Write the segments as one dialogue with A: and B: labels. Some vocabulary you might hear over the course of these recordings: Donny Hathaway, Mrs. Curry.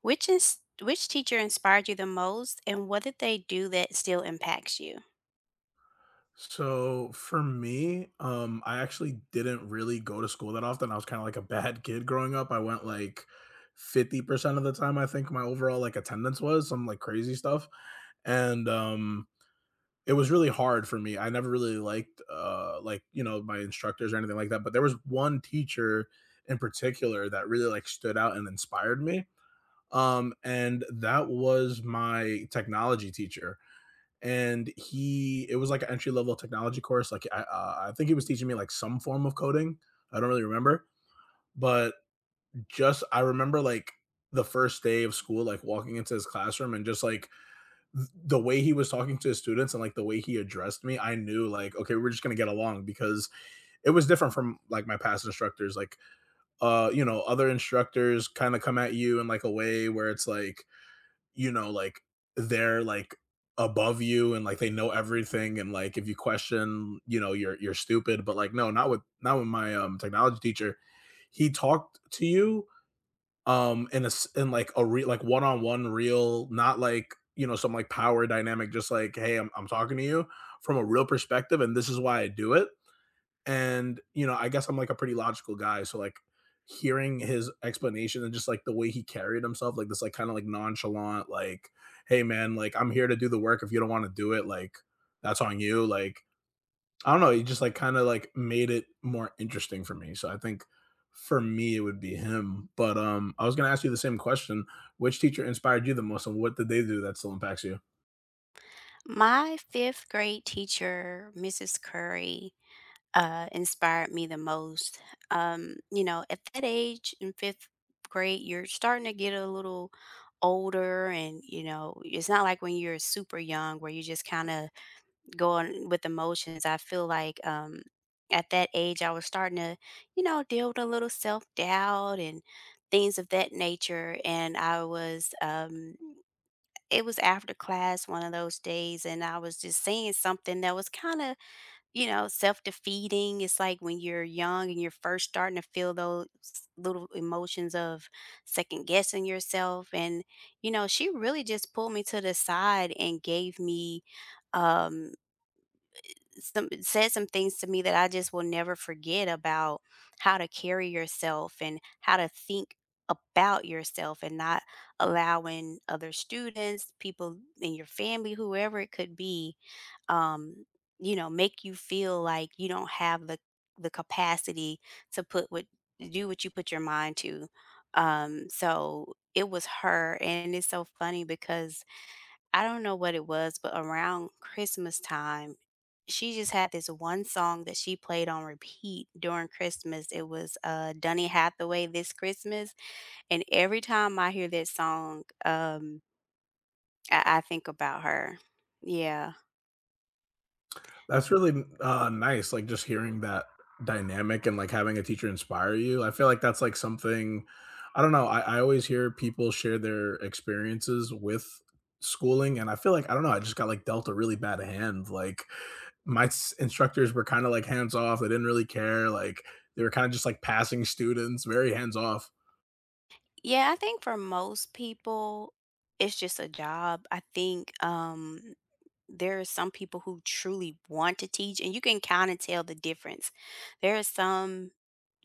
A: Which is which teacher inspired you the most and what did they do that still impacts you?
B: So for me, I actually didn't really go to school that often. I was kind of like a bad kid growing up. I went like 50% of the time. I think my overall like attendance was some like crazy stuff. And it was really hard for me. I never really liked like, you know, my instructors or anything like that, but there was one teacher in particular that really like stood out and inspired me. And that was my technology teacher, and he it was like an entry level technology course. Like I think he was teaching me like some form of coding. I don't really remember, but just I remember like the first day of school, like walking into his classroom, and just like the way he was talking to his students, and like the way he addressed me, I knew like, okay, we're just going to get along, because it was different from like my past instructors. Like you know, other instructors kind of come at you in like a way where it's like, you know, like they're like above you, and like they know everything, and like if you question, you know, you're stupid. But like no, not with my technology teacher. He talked to you in in like a real like one on one real, not like, you know, some like power dynamic, just like, hey, I'm talking to you from a real perspective, and this is why I do it. And, you know, I guess I'm like a pretty logical guy. So like hearing his explanation and just like the way he carried himself, like this like kind of like nonchalant, like, hey man, like I'm here to do the work. If you don't want to do it, like that's on you. Like, I don't know, he just like kind of like made it more interesting for me. So I think for me it would be him. But I was gonna ask you the same question. Which teacher inspired you the most, and what did they do that still impacts you?
A: My 5th grade teacher, Mrs. Curry, inspired me the most. At that age in 5th grade, you're starting to get a little older and, you know, it's not like when you're super young where you just kind of going with emotions. I feel like at that age, I was starting to, you know, deal with a little self doubt and things of that nature. And I was, it was after class one of those days, and I was just saying something that was kind of, you know, self defeating. It's like when you're young and you're first starting to feel those little emotions of second guessing yourself. And, you know, she really just pulled me to the side and gave me, um some said some things to me that I just will never forget about how to carry yourself and how to think about yourself and not allowing other students, people in your family, whoever it could be, um, you know, make you feel like you don't have the capacity to put what do what you put your mind to. So it was her and it's so funny because I don't know what it was, but around Christmas time, she just had this one song that she played on repeat during Christmas. It was Donny Hathaway, "This Christmas," and every time I hear that song, I think about her. Yeah,
B: That's really, nice, like, just hearing that dynamic and, like, having a teacher inspire you. I feel like that's, like, something. I don't know, I always hear people share their experiences with schooling, and I feel like, I don't know, I just got, like, dealt a really bad hand. Like, my s instructors were kinda, like, hands off. They didn't really care, like, they were kinda just, like, passing students, very hands off.
A: yeah. I think for most people, it's just a job. I think there are some people who truly want to teach and you can kind of tell the difference. There are some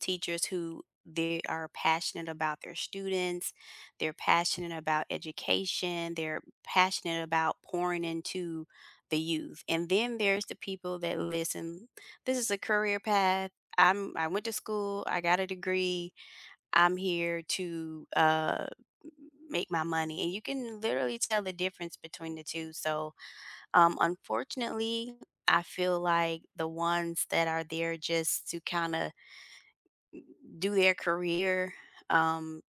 A: teachers who they are passionate about their students, they're passionate about education, they're passionate about pouring into the youth. And then there's the people that listen, this is a career path. I went to school, I got a degree. I'm here to make my money and you can literally tell the difference between the two. So unfortunately, I feel like the ones that are there just to kinda do their career, um,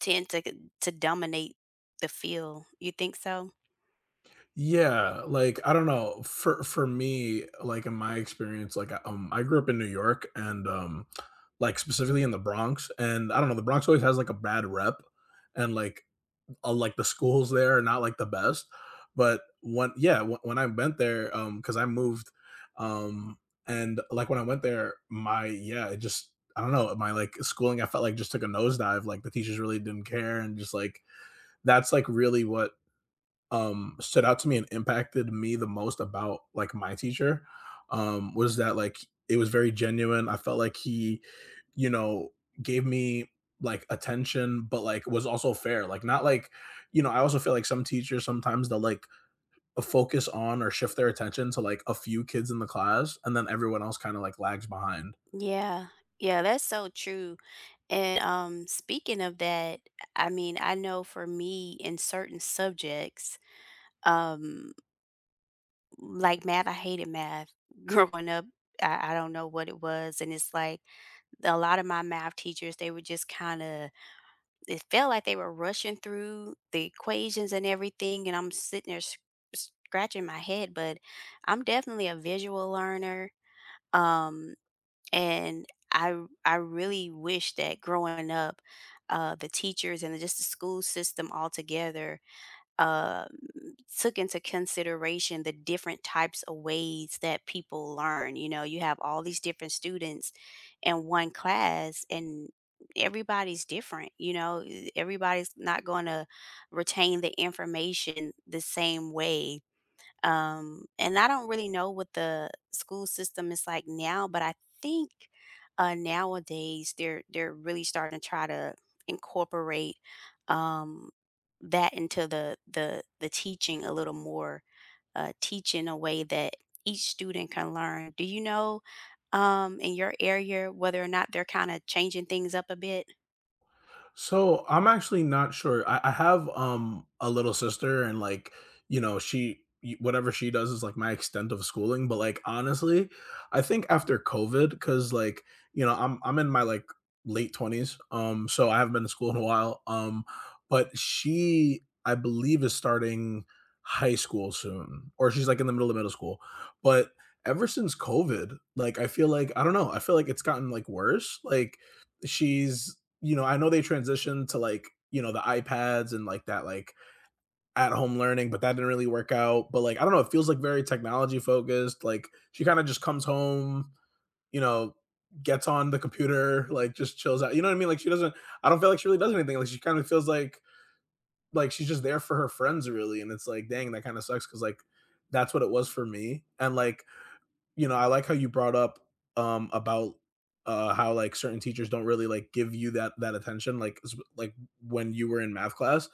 A: tend to dominate the field. You think so?
B: Yeah, like, I don't know, for me, like, in my experience, like, I grew up in New York, and, like, specifically in the Bronx, and I don't know, the Bronx always has, like, a bad rep, and, like, the schools there are not, like, the best, but when yeah, when I went there, because I moved, um, and, like, when I went there, my yeah, it just I don't know, my, like, schooling, I felt like just took a nosedive. Like, the teachers really didn't care, and just, like, that's, like, really what stood out to me and impacted me the most about like my teacher. Was that like it was very genuine. I felt like he, you know, gave me like attention, but like was also fair, like not like, you know, I also feel like some teachers sometimes they'll like focus on or shift their attention to like a few kids in the class, and then everyone else kind of like lags behind.
A: Yeah. Yeah, that's so true, and, speaking of that, I mean, I know for me in certain subjects, um, like math, I hated math growing up. I don't know what it was, and it's like a lot of my math teachers, they were just kinda it felt like they were rushing through the equations and everything, and I'm sitting there scratching my head. But I'm definitely a visual learner, um, and I really wish that growing up, the teachers and just the school system altogether um, took into consideration the different types of ways that people learn. You know, you have all these different students in one class, and everybody's different. You know, everybody's not going to retain the information the same way. And I don't really know what the school system is like now, but I think nowadays they're really starting to try to incorporate um, that into the teaching a little more, teach in a way that each student can learn. Do you know in your area whether or not they're kind of changing things up a bit?
B: So I'm actually not sure. I have a little sister, and like you know, whatever she does is like my extent of schooling. But like honestly, I think after COVID, because like you know, I'm in my like late 20s, so I haven't been to school in a while. But she, I believe, is starting high school soon, or she's like in the middle of middle school. But ever since COVID, like I feel like I don't know, I feel like it's gotten like worse. Like she's you know, I know they transitioned to like, you know, the iPads and like that like at home learning, but that didn't really work out. But like, I don't know, it feels like very technology focused. Like she kind of just comes home, you know, gets on the computer, like just chills out. You know what I mean? Like she doesn't I don't feel like she really does anything. Like she kind of feels like she's just there for her friends really. And it's like, dang, that kind of sucks because like that's what it was for me. And like, you know, I like how you brought up about how like certain teachers don't really like give you that attention like like when you were in math class.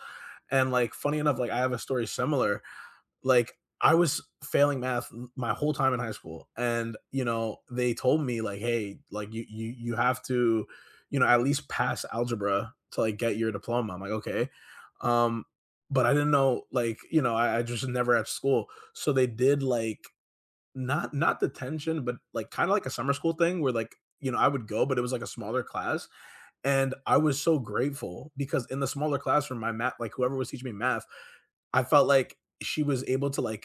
B: And like funny enough, like I have a story similar. Like I was failing math my whole time in high school, and you know they told me like, hey, like you have to, you know, at least pass algebra to like get your diploma. I'm like, okay, um but I didn't know like, you know, I just never at school, so they did like not detention, but, like, kinda like a summer school thing where, like, you know, I would go, but it was, like, a smaller class, and I was so grateful, because in the smaller classroom, my math like, whoever was teaching me math, I felt like she was able to, like,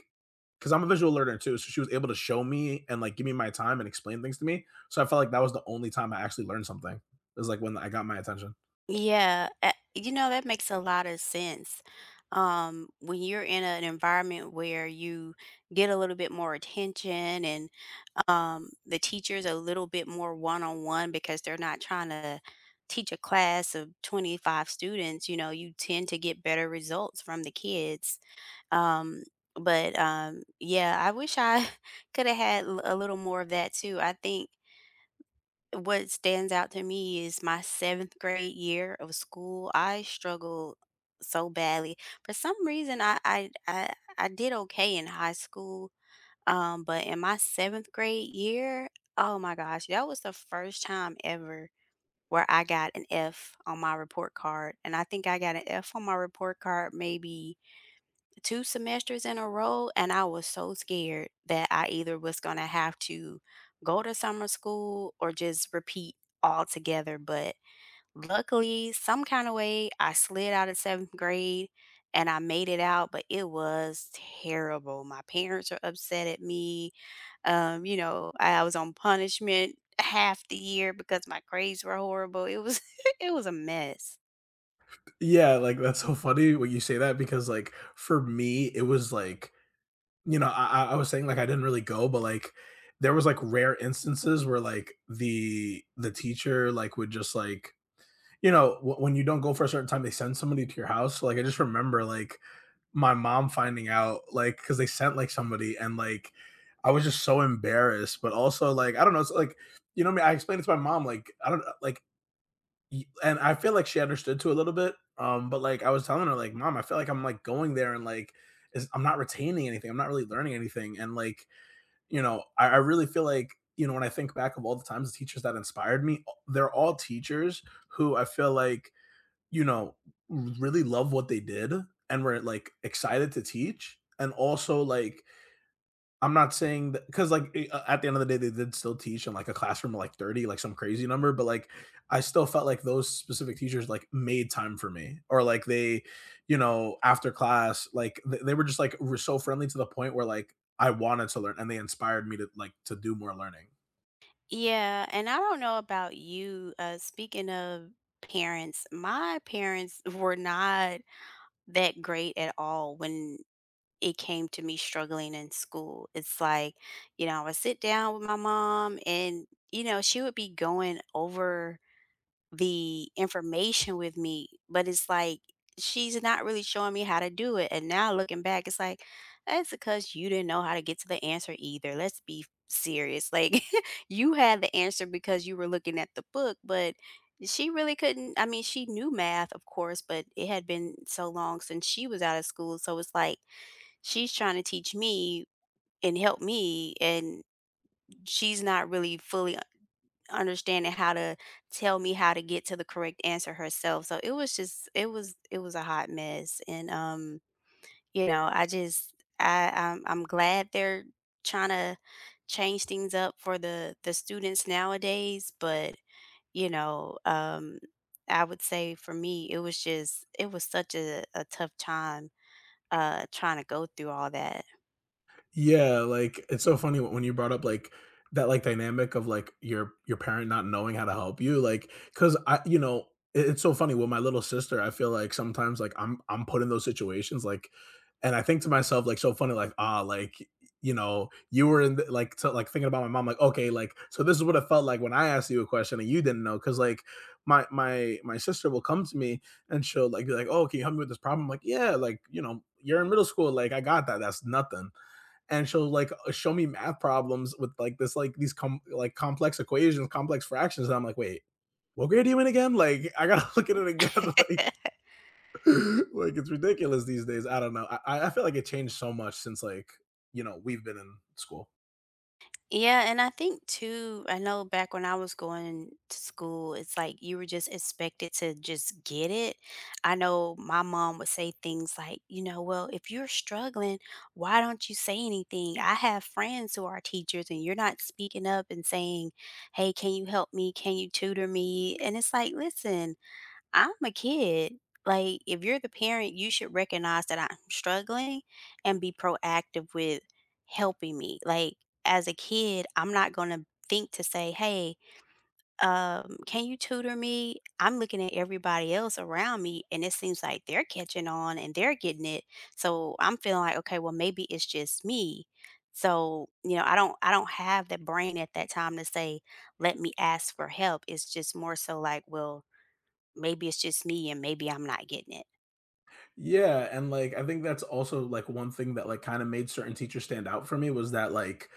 B: because 'cause I'm a visual learner too, so she was able to show me and, like, give me my time and explain things to me, so I felt like that was the only time I actually learned something. It was, like, when I got my attention.
A: Yeah, a you know, that makes a lot of sense. When you're in an environment where you get a little bit more attention and, the teacher's a little bit more one-on-one because they're not trying to teach a class of 25 students, you know, you tend to get better results from the kids. Um, yeah, I wish I coulda had l a little more of that too. I think what stands out to me is my 7th grade year of school, I struggled so badly. For some reason, I did okay in high school, but in my 7th grade year, oh my gosh, that was the first time ever where I got an F on my report card, and I think I got an F on my report card maybe 2 semesters in a row, and I was so scared that I either was gonna have to go to summer school or just repeat altogether, but luckily, some kinda way, I slid out of 7th grade and I made it out, but it was terrible. My parents are upset at me, you know, I was on punishment half the year because my grades were horrible. It was it was a mess.
B: Yeah, like, that's so funny when you say that, because, like, for me, it was, like, you know, I was saying, like, I didn't really go, but, like, there was, like, rare instances where, like, the teacher, like, would just, like, you know, wh when you don't go for a certain time, they send somebody to your house. So, like, I just remember, like, my mom finding out, like because they sent, like, somebody, and, like, I was just so embarrassed, but also, like, I don't know, it's like, you know me, I explained it to my mom, like, I don't like, and I feel like she understood too a little bit. But like I was telling her, like, mom, I feel like I'm like going there and like is I'm not retaining anything, I'm not really learning anything. And like, you know, I really feel like, you know, when I think back of all the times the teachers that inspired me, they're all teachers who I feel like, you know, really love what they did, and were like excited to teach, and also like, I'm not saying that because like at the end of the day they did still teach in like a classroom of like 30 like some crazy number, but like I still felt like those specific teachers like made time for me, or like they, you know, after class like they were just like were so friendly, to the point where like I wanted to learn and they inspired me to like to do more learning.
A: Yeah, and I don't know about you. Speaking of parents, my parents were not that great at all when it came to me struggling in school. It's like, you know, I would sit down with my mom and, you know, she would be going over the information with me, but it's like she's not really showing me how to do it. And now looking back, it's like, that's because you didn't know how to get to the answer either. Let's be serious. Like you had the answer because you were looking at the book, but she really couldn't. I mean, she knew math, of course, but it had been so long since she was out of school. So it's like she's trying to teach me and help me, and she's not really fully understanding how to tell me how to get to the correct answer herself. So it was just it was a hot mess. And you know, I'm glad they're trying to change things up for the students nowadays, but you know, I would say for me it was just it was such a tough time trying to go through all that.
B: Yeah, like, it's so funny when you brought up, like, that, like, dynamic of, like, your parent not knowing how to help you, like, cause I you know, it it's so funny with my little sister, I feel like sometimes, like, I'm put in those situations, like, and I think to myself, like, so funny, like, "Ah," like, you know, you were in the like, to like, thinking about my mom, like, "Okay, like, so this is what it felt like when I asked you a question and you didn't know, cause like, my sister will come to me and she'll, like, be like, "Oh, can you help me with this problem?" I'm like, "Yeah," like, you know, "You're in middle school, like, I got that, that's nothing." And she'll like show me math problems with like this like these like complex equations, complex fractions, and I'm like, wait, what grade are you in again? Like I gotta look at it again. Like it's ridiculous these days. I don't know. I feel like it changed so much since like you know we've been in school.
A: Yeah, and I think too, I know back when I was going to school, it's like you were just expected to just get it. I know my mom would say things like, you know, well, if you're struggling, why don't you say anything? I have friends who are teachers and you're not speaking up and saying, hey, can you help me? Can you tutor me? And it's like, listen, I'm a kid. Like, if you're the parent, you should recognize that I'm struggling and be proactive with helping me. Like, as a kid, I'm not going to think to say, hey, can you tutor me? I'm looking at everybody else around me, and it seems like they're catching on and they're getting it. So I'm feeling like, okay, well, maybe it's just me. So, you know, I don't have the brain at that time to say, let me ask for help. It's just more so like, well, maybe it's just me and maybe I'm not getting it.
B: Yeah, and like I think that's also like one thing that like kind of made certain teachers stand out for me, was that like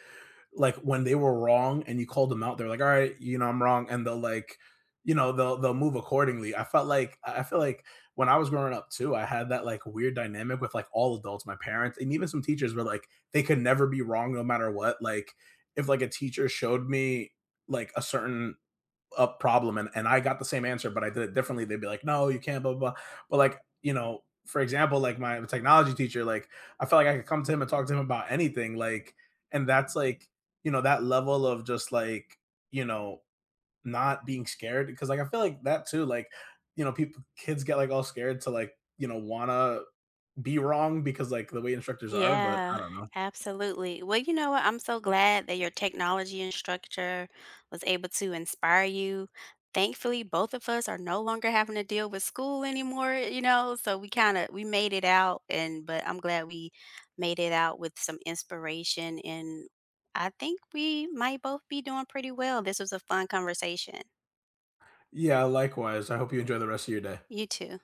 B: like when they were wrong and you called them out, they're like, all right, you know, I'm wrong. And they'll like, you know, they'll move accordingly. I felt like I feel like when I was growing up too, I had that like weird dynamic with like all adults, my parents, and even some teachers were like, they could never be wrong no matter what. Like if like a teacher showed me like a certain up problem, and I got the same answer, but I did it differently, they'd be like, no, you can't, blah, blah, blah. But like, you know, for example, like my technology teacher, like I felt like I could come to him and talk to him about anything. Like, and that's like, you know, that level of just like, you know, not being scared. Cause like I feel like that too, like, you know, people kids get like all scared to like, you know, wanna be wrong because like the way instructors are, but I
A: Yeah,
B: don't know.
A: absolutely. Well, you know what? I'm so glad that your technology instructor was able to inspire you. Thankfully, both of us are no longer having to deal with school anymore, you know? So we kind of we made it out and but I'm glad we made it out with some inspiration and I think we might both be doing pretty well. This was a fun conversation.
B: Yeah, likewise. I hope you enjoy the rest of your day.
A: You too.